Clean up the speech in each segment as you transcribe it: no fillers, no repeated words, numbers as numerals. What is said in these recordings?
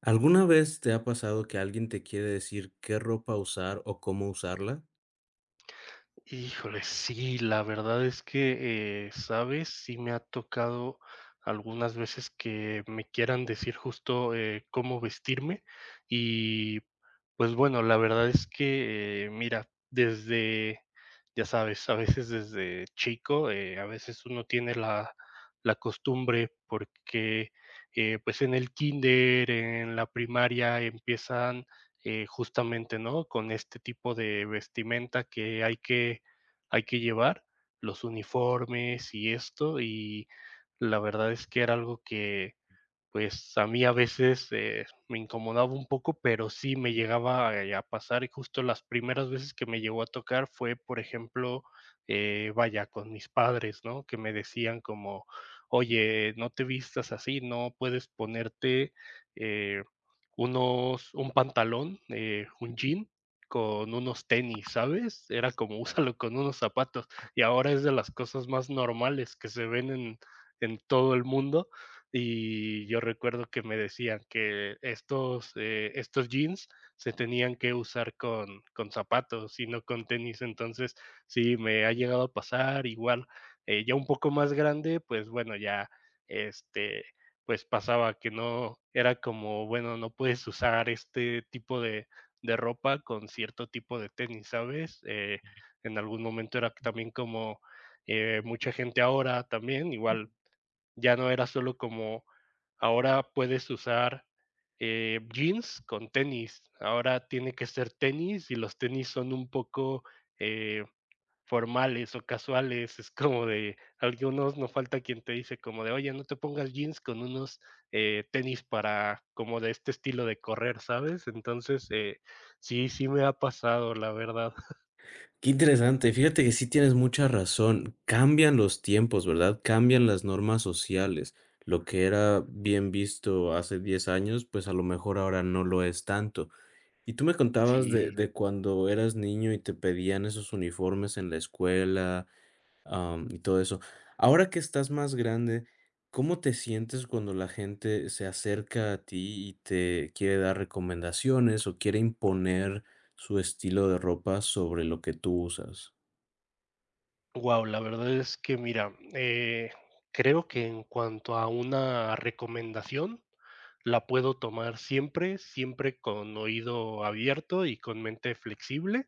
¿Alguna vez te ha pasado que alguien te quiere decir qué ropa usar o cómo usarla? Híjole, sí, la verdad es que, ¿sabes? Sí me ha tocado algunas veces que me quieran decir justo, cómo vestirme y, pues, bueno, la verdad es que, mira, desde, ya sabes, a veces desde chico, a veces uno tiene la costumbre porque, pues, en el kinder, en la primaria empiezan justamente, ¿no? Con este tipo de vestimenta que hay que llevar, los uniformes y esto, y la verdad es que era algo que pues a mí a veces, me incomodaba un poco, pero sí me llegaba a pasar, y justo las primeras veces que me llegó a tocar fue, por ejemplo, vaya, con mis padres, ¿no? Que me decían como: "Oye, no te vistas así, no puedes ponerte, eh, unos un pantalón, un jean con unos tenis", ¿sabes? Era como: "Úsalo con unos zapatos", y ahora es de las cosas más normales que se ven en todo el mundo, y yo recuerdo que me decían que estos jeans se tenían que usar con zapatos y no con tenis. Entonces, sí, me ha llegado a pasar igual. Ya un poco más grande, pues bueno, este, pues pasaba que no era como, bueno, no puedes usar este tipo de ropa con cierto tipo de tenis, ¿sabes? En algún momento era también como mucha gente ahora también, igual ya no era solo como ahora puedes usar, jeans con tenis, ahora tiene que ser tenis y los tenis son un poco, eh, formales o casuales, es como de algunos no falta quien te dice como de: "Oye, no te pongas jeans con unos, tenis para como de este estilo de correr", ¿sabes? Entonces, sí, sí me ha pasado, la verdad. Qué interesante, fíjate que sí tienes mucha razón. Cambian los tiempos, ¿verdad? Cambian las normas sociales. Lo que era bien visto hace 10 años, pues a lo mejor ahora no lo es tanto. Y tú me contabas de, Sí. de cuando eras niño y te pedían esos uniformes en la escuela, y todo eso. Ahora que estás más grande, ¿cómo te sientes cuando la gente se acerca a ti y te quiere dar recomendaciones o quiere imponer su estilo de ropa sobre lo que tú usas? Wow, la verdad es que mira, creo que en cuanto a una recomendación, la puedo tomar siempre, siempre con oído abierto y con mente flexible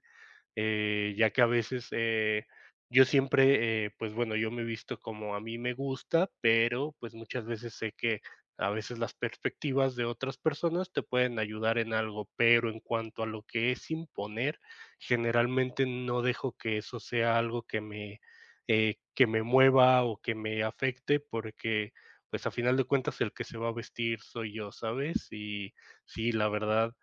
ya que a veces yo siempre, pues bueno, yo me he visto como a mí me gusta, pero pues muchas veces sé que a veces las perspectivas de otras personas te pueden ayudar en algo, pero en cuanto a lo que es imponer, generalmente no dejo que eso sea algo que me mueva o que me afecte, porque pues a final de cuentas el que se va a vestir soy yo, ¿sabes? Y sí, la verdad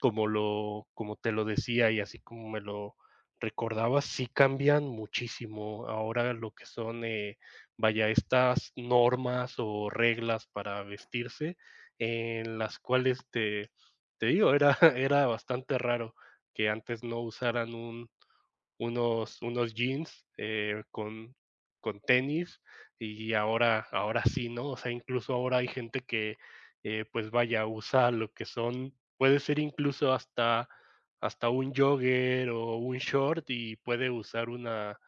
como te lo decía y así como me lo recordaba, sí cambian muchísimo. Ahora lo que son, vaya, estas normas o reglas para vestirse, en las cuales te digo, era, era bastante raro que antes no usaran unos jeans con tenis y ahora sí, ¿no? O sea, incluso ahora hay gente que, pues vaya, usa lo que son, puede ser incluso hasta un jogger o un short y puede usar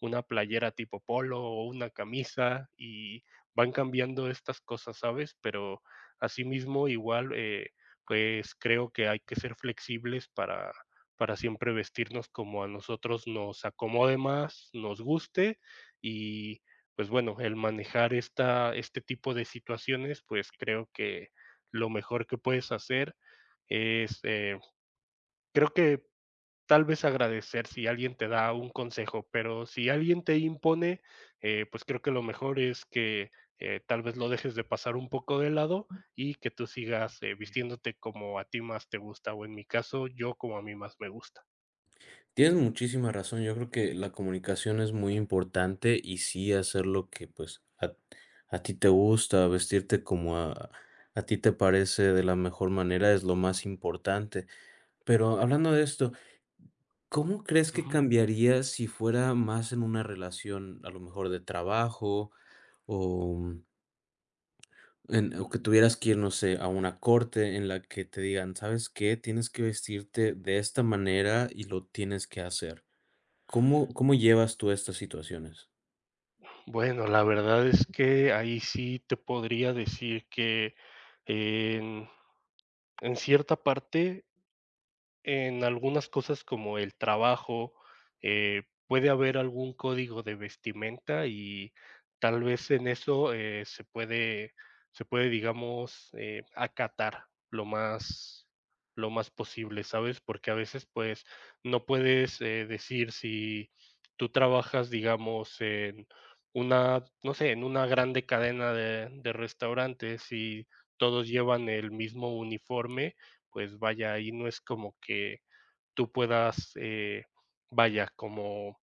una playera tipo polo o una camisa y van cambiando estas cosas, ¿sabes? Pero asimismo, igual, pues creo que hay que ser flexibles para siempre vestirnos como a nosotros nos acomode más, nos guste y pues bueno, el manejar este tipo de situaciones, pues creo que lo mejor que puedes hacer es, creo que tal vez agradecer si alguien te da un consejo, pero si alguien te impone, pues creo que lo mejor es que tal vez lo dejes de pasar un poco de lado y que tú sigas vistiéndote como a ti más te gusta, o en mi caso, yo como a mí más me gusta. Tienes muchísima razón, yo creo que la comunicación es muy importante y sí hacer lo que a ti te gusta, vestirte como a ti te parece de la mejor manera es lo más importante. Pero hablando de esto, ¿cómo crees que Ujú. cambiaría si fuera más en una relación, a lo mejor de trabajo o, en, o que tuvieras que ir, no sé, a una corte en la que te digan, ¿sabes qué? Tienes que vestirte de esta manera y lo tienes que hacer. Cómo llevas tú estas situaciones? Bueno, la verdad es que ahí sí te podría decir que en en cierta parte en algunas cosas como el trabajo, puede haber algún código de vestimenta y tal vez en eso, se puede, digamos, acatar lo más posible, ¿sabes? Porque a veces, pues, no puedes, decir si tú trabajas, digamos, en una, no sé, en una grande cadena de restaurantes y todos llevan el mismo uniforme, pues vaya, ahí no es como que tú puedas, vaya,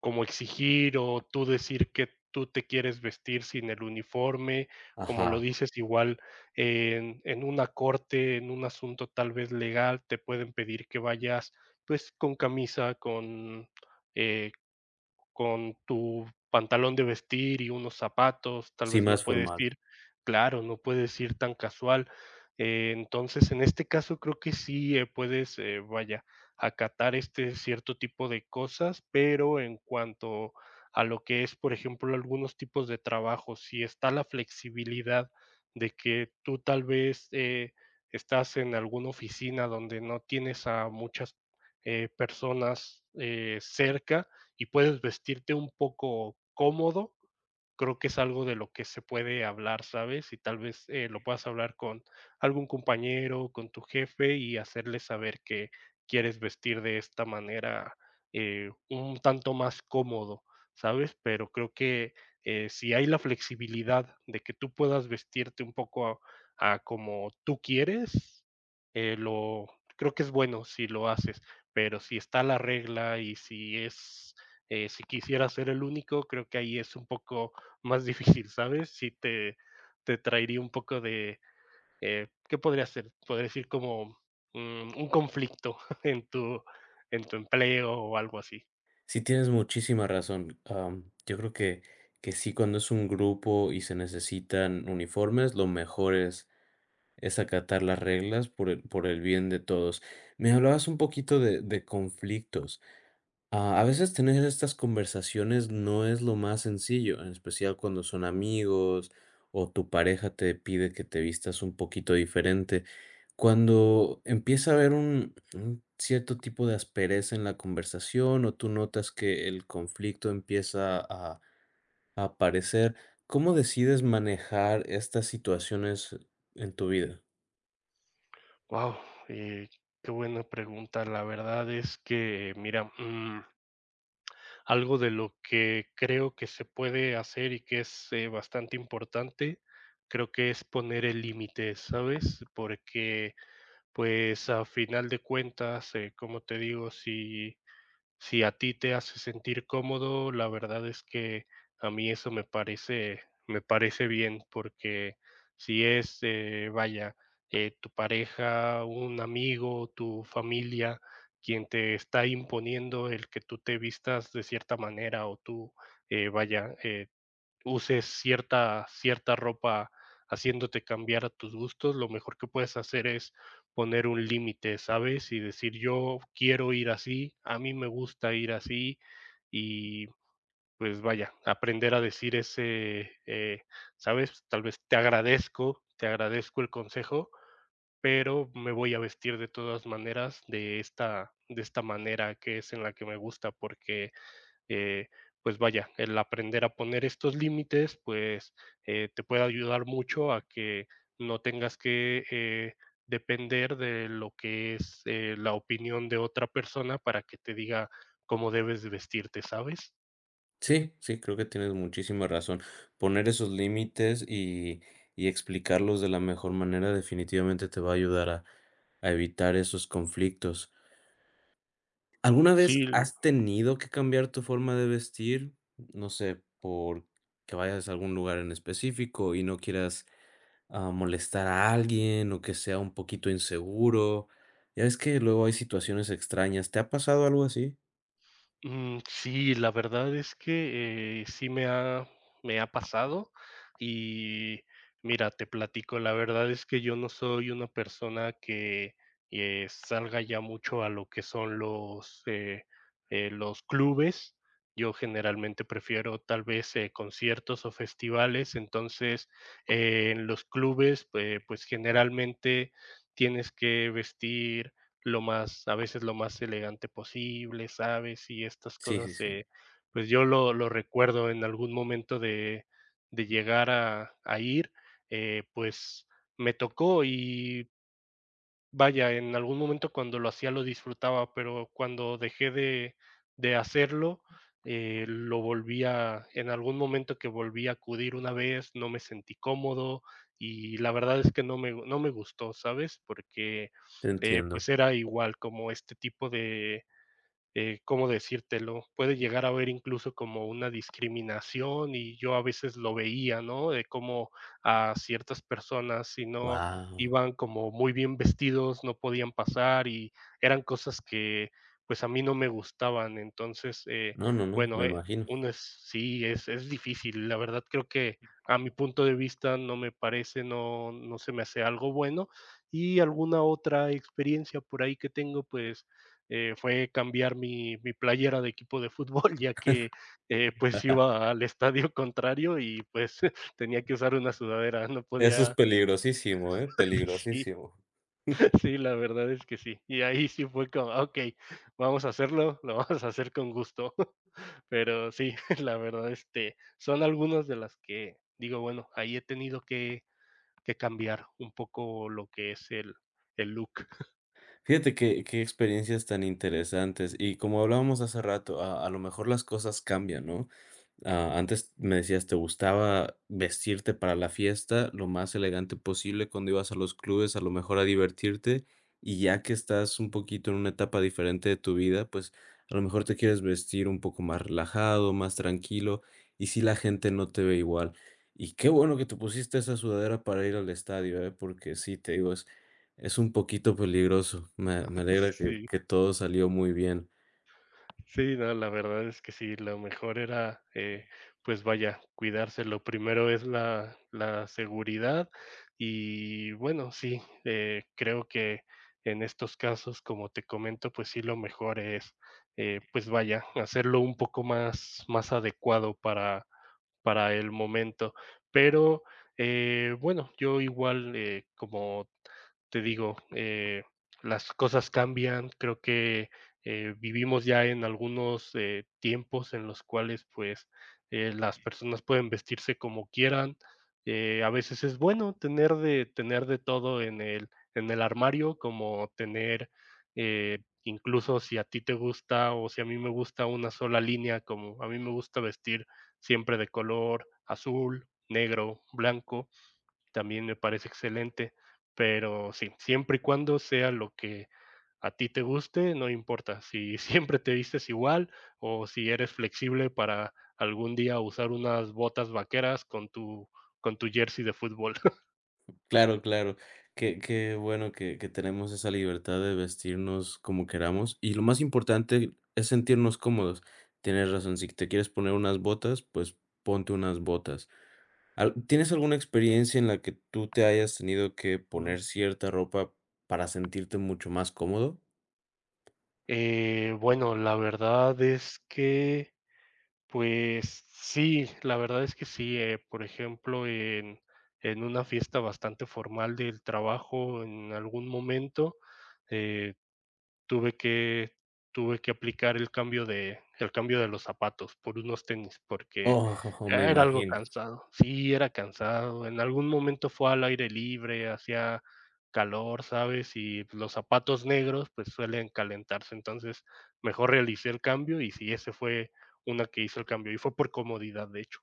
como exigir o tú decir que tú te quieres vestir sin el uniforme, como lo Ajá, dices, igual en una corte, en un asunto tal vez legal, te pueden pedir que vayas pues con camisa, eh, con tu pantalón de vestir y unos zapatos, tal sí, vez no más puedes formal. ir claro, no puedes ir tan casual. Entonces, en este caso, creo que sí puedes, vaya, acatar este cierto tipo de cosas, pero en cuanto a lo que es, por ejemplo, algunos tipos de trabajo, si está la flexibilidad de que tú tal vez estás en alguna oficina donde no tienes a muchas personas cerca, y puedes vestirte un poco cómodo creo que es algo de lo que se puede hablar, ¿sabes? Y tal vez lo puedas hablar con algún compañero, con tu jefe y hacerle saber que quieres vestir de esta manera un tanto más cómodo, ¿sabes? Pero creo que si hay la flexibilidad de que tú puedas vestirte un poco a como tú quieres, lo creo que es bueno si lo haces, pero si está la regla y si es si quisiera ser el único, creo que ahí es un poco más difícil, ¿sabes? Te traería un poco ¿qué podría ser? Podría decir como un conflicto en tu, en tu empleo o algo así. Sí, tienes muchísima razón. Yo creo que sí, cuando es un grupo y se necesitan uniformes, lo mejor es acatar las reglas por el bien de todos. Me hablabas un poquito de conflictos. Ah, a veces tener estas conversaciones no es lo más sencillo, en especial cuando son amigos o tu pareja te pide que te vistas un poquito diferente. Cuando empieza a haber un cierto tipo de aspereza en la conversación o tú notas que el conflicto empieza a aparecer, ¿cómo decides manejar estas situaciones en tu vida? Wow, qué buena pregunta. La verdad es que, mira, algo de lo que creo que se puede hacer y que es bastante importante, creo que es poner el límite, ¿sabes? Porque, pues, a final de cuentas, como te digo, si a ti te hace sentir cómodo, la verdad es que a mí eso me parece bien, porque si es, vaya, tu pareja, un amigo, tu familia, quien te está imponiendo el que tú te vistas de cierta manera o tú, eh, vaya, eh uses cierta ropa haciéndote cambiar a tus gustos, lo mejor que puedes hacer es poner un límite, ¿sabes? Y decir, yo quiero ir así, a mí me gusta ir así y pues vaya, aprender a decir ese, ¿sabes? Tal vez te agradezco el consejo, pero me voy a vestir de todas maneras de de esta manera que es en la que me gusta, porque eh, pues vaya, el aprender a poner estos límites, pues te puede ayudar mucho a que no tengas que depender de lo que es la opinión de otra persona para que te diga cómo debes de vestirte, ¿sabes? Sí, sí, creo que tienes muchísima razón. Poner esos límites y explicarlos de la mejor manera definitivamente te va a ayudar a evitar esos conflictos. ¿Alguna vez Sí. has tenido que cambiar tu forma de vestir? No sé, por que vayas a algún lugar en específico y no quieras molestar a alguien o que sea un poquito inseguro. Ya ves que luego hay situaciones extrañas. ¿Te ha pasado algo así? Mm, sí, la verdad es que, sí me ha pasado y mira, te platico, la verdad es que yo no soy una persona que, salga ya mucho a lo que son los clubes. Yo generalmente prefiero tal vez, conciertos o festivales, entonces, en los clubes, pues generalmente tienes que vestir, lo más, a veces lo más elegante posible, ¿sabes? Y estas Sí, sí, cosas, sí. Pues yo lo recuerdo en algún momento de llegar a ir, pues me tocó y vaya, en algún momento cuando lo hacía lo disfrutaba, pero cuando dejé de hacerlo, lo volvía. En algún momento que volví a acudir una vez, no me sentí cómodo y la verdad es que no me gustó, ¿sabes? Porque, Te entiendo. pues, era igual como este tipo de ¿cómo decírtelo? Puede llegar a ver incluso como una discriminación y yo a veces lo veía, ¿no? De cómo a ciertas personas, si no Wow. iban como muy bien vestidos, no podían pasar y eran cosas que pues a mí no me gustaban. Entonces, No, no, no, bueno, me imagino. uno es, sí, es difícil. La verdad creo que a mi punto de vista no me parece, no, no se me hace algo bueno. Y alguna otra experiencia por ahí que tengo, pues fue cambiar mi playera de equipo de fútbol, ya que pues iba al estadio contrario y pues tenía que usar una sudadera, no Eso es podía, peligrosísimo, ¿eh? sí, Peligrosísimo. sí, la verdad es que sí. Y ahí sí fue como, "Ah, ok, vamos a hacerlo, lo vamos a hacer con gusto". Pero sí, la verdad, este, son algunas de las que digo, bueno, ahí he tenido que cambiar un poco lo que es el look. Fíjate qué experiencias tan interesantes. Y como hablábamos hace rato, a lo mejor las cosas cambian, ¿no? Ah, antes me decías, te gustaba vestirte para la fiesta lo más elegante posible cuando ibas a los clubes, a lo mejor a divertirte, y ya que estás un poquito en una etapa diferente de tu vida, pues a lo mejor te quieres vestir un poco más relajado, más tranquilo, y si la gente no te ve igual. Y qué bueno que te pusiste esa sudadera para ir al estadio, ¿eh? Porque sí, te digo, es un poquito peligroso. Me alegra Sí. que todo salió muy bien. Sí, no, la verdad es que sí, lo mejor era, pues vaya, cuidarse. Lo primero es la seguridad y bueno, sí, creo que en estos casos, como te comento, pues sí, lo mejor es, pues vaya, hacerlo un poco más adecuado para el momento. Pero bueno, yo igual, como te digo, las cosas cambian, creo que vivimos ya en algunos tiempos en los cuales pues las personas pueden vestirse como quieran. A veces es bueno tener de todo en en el armario, como tener incluso si a ti te gusta o si a mí me gusta una sola línea, como a mí me gusta vestir siempre de color azul, negro, blanco también me parece excelente, pero sí, siempre y cuando sea lo que a ti te guste, no importa si siempre te vistes igual o si eres flexible para algún día usar unas botas vaqueras con tu jersey de fútbol. Claro, claro. Qué bueno que tenemos esa libertad de vestirnos como queramos. Y lo más importante es sentirnos cómodos. Tienes razón, si te quieres poner unas botas, pues ponte unas botas. Al- ¿Tienes alguna experiencia en la que tú te hayas tenido que Ujú. poner cierta ropa para sentirte mucho más cómodo? Bueno, la verdad es que, pues sí, la verdad es que sí. Por ejemplo, en una fiesta bastante formal del trabajo, en algún momento, eh, tuve que tuve que aplicar el cambio de los zapatos por unos tenis, porque Oh, me era algo imagino. cansado. Sí, era cansado. En algún momento fue al aire libre, hacía calor, ¿sabes? Y los zapatos negros, pues, suelen calentarse. Entonces, mejor realicé el cambio y sí, ese fue una que hizo el cambio, y fue por comodidad, de hecho.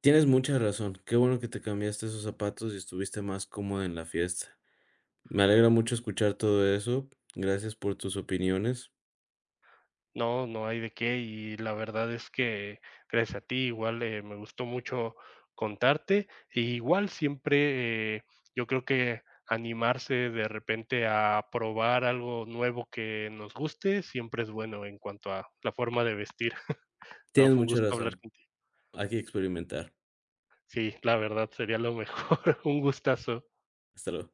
Tienes mucha razón. Qué bueno que te cambiaste esos zapatos y estuviste más cómodo en la fiesta. Me alegra mucho escuchar todo eso. Gracias por tus opiniones. No, no hay de qué y la verdad es que gracias a ti igual, me gustó mucho contarte. Y igual siempre, yo creo que animarse de repente a probar algo nuevo que nos guste siempre es bueno en cuanto a la forma de vestir. No, Tienes fue un mucha gusto hablar razón. contigo. Hay que experimentar. Sí, la verdad sería lo mejor. Un gustazo. Hasta luego.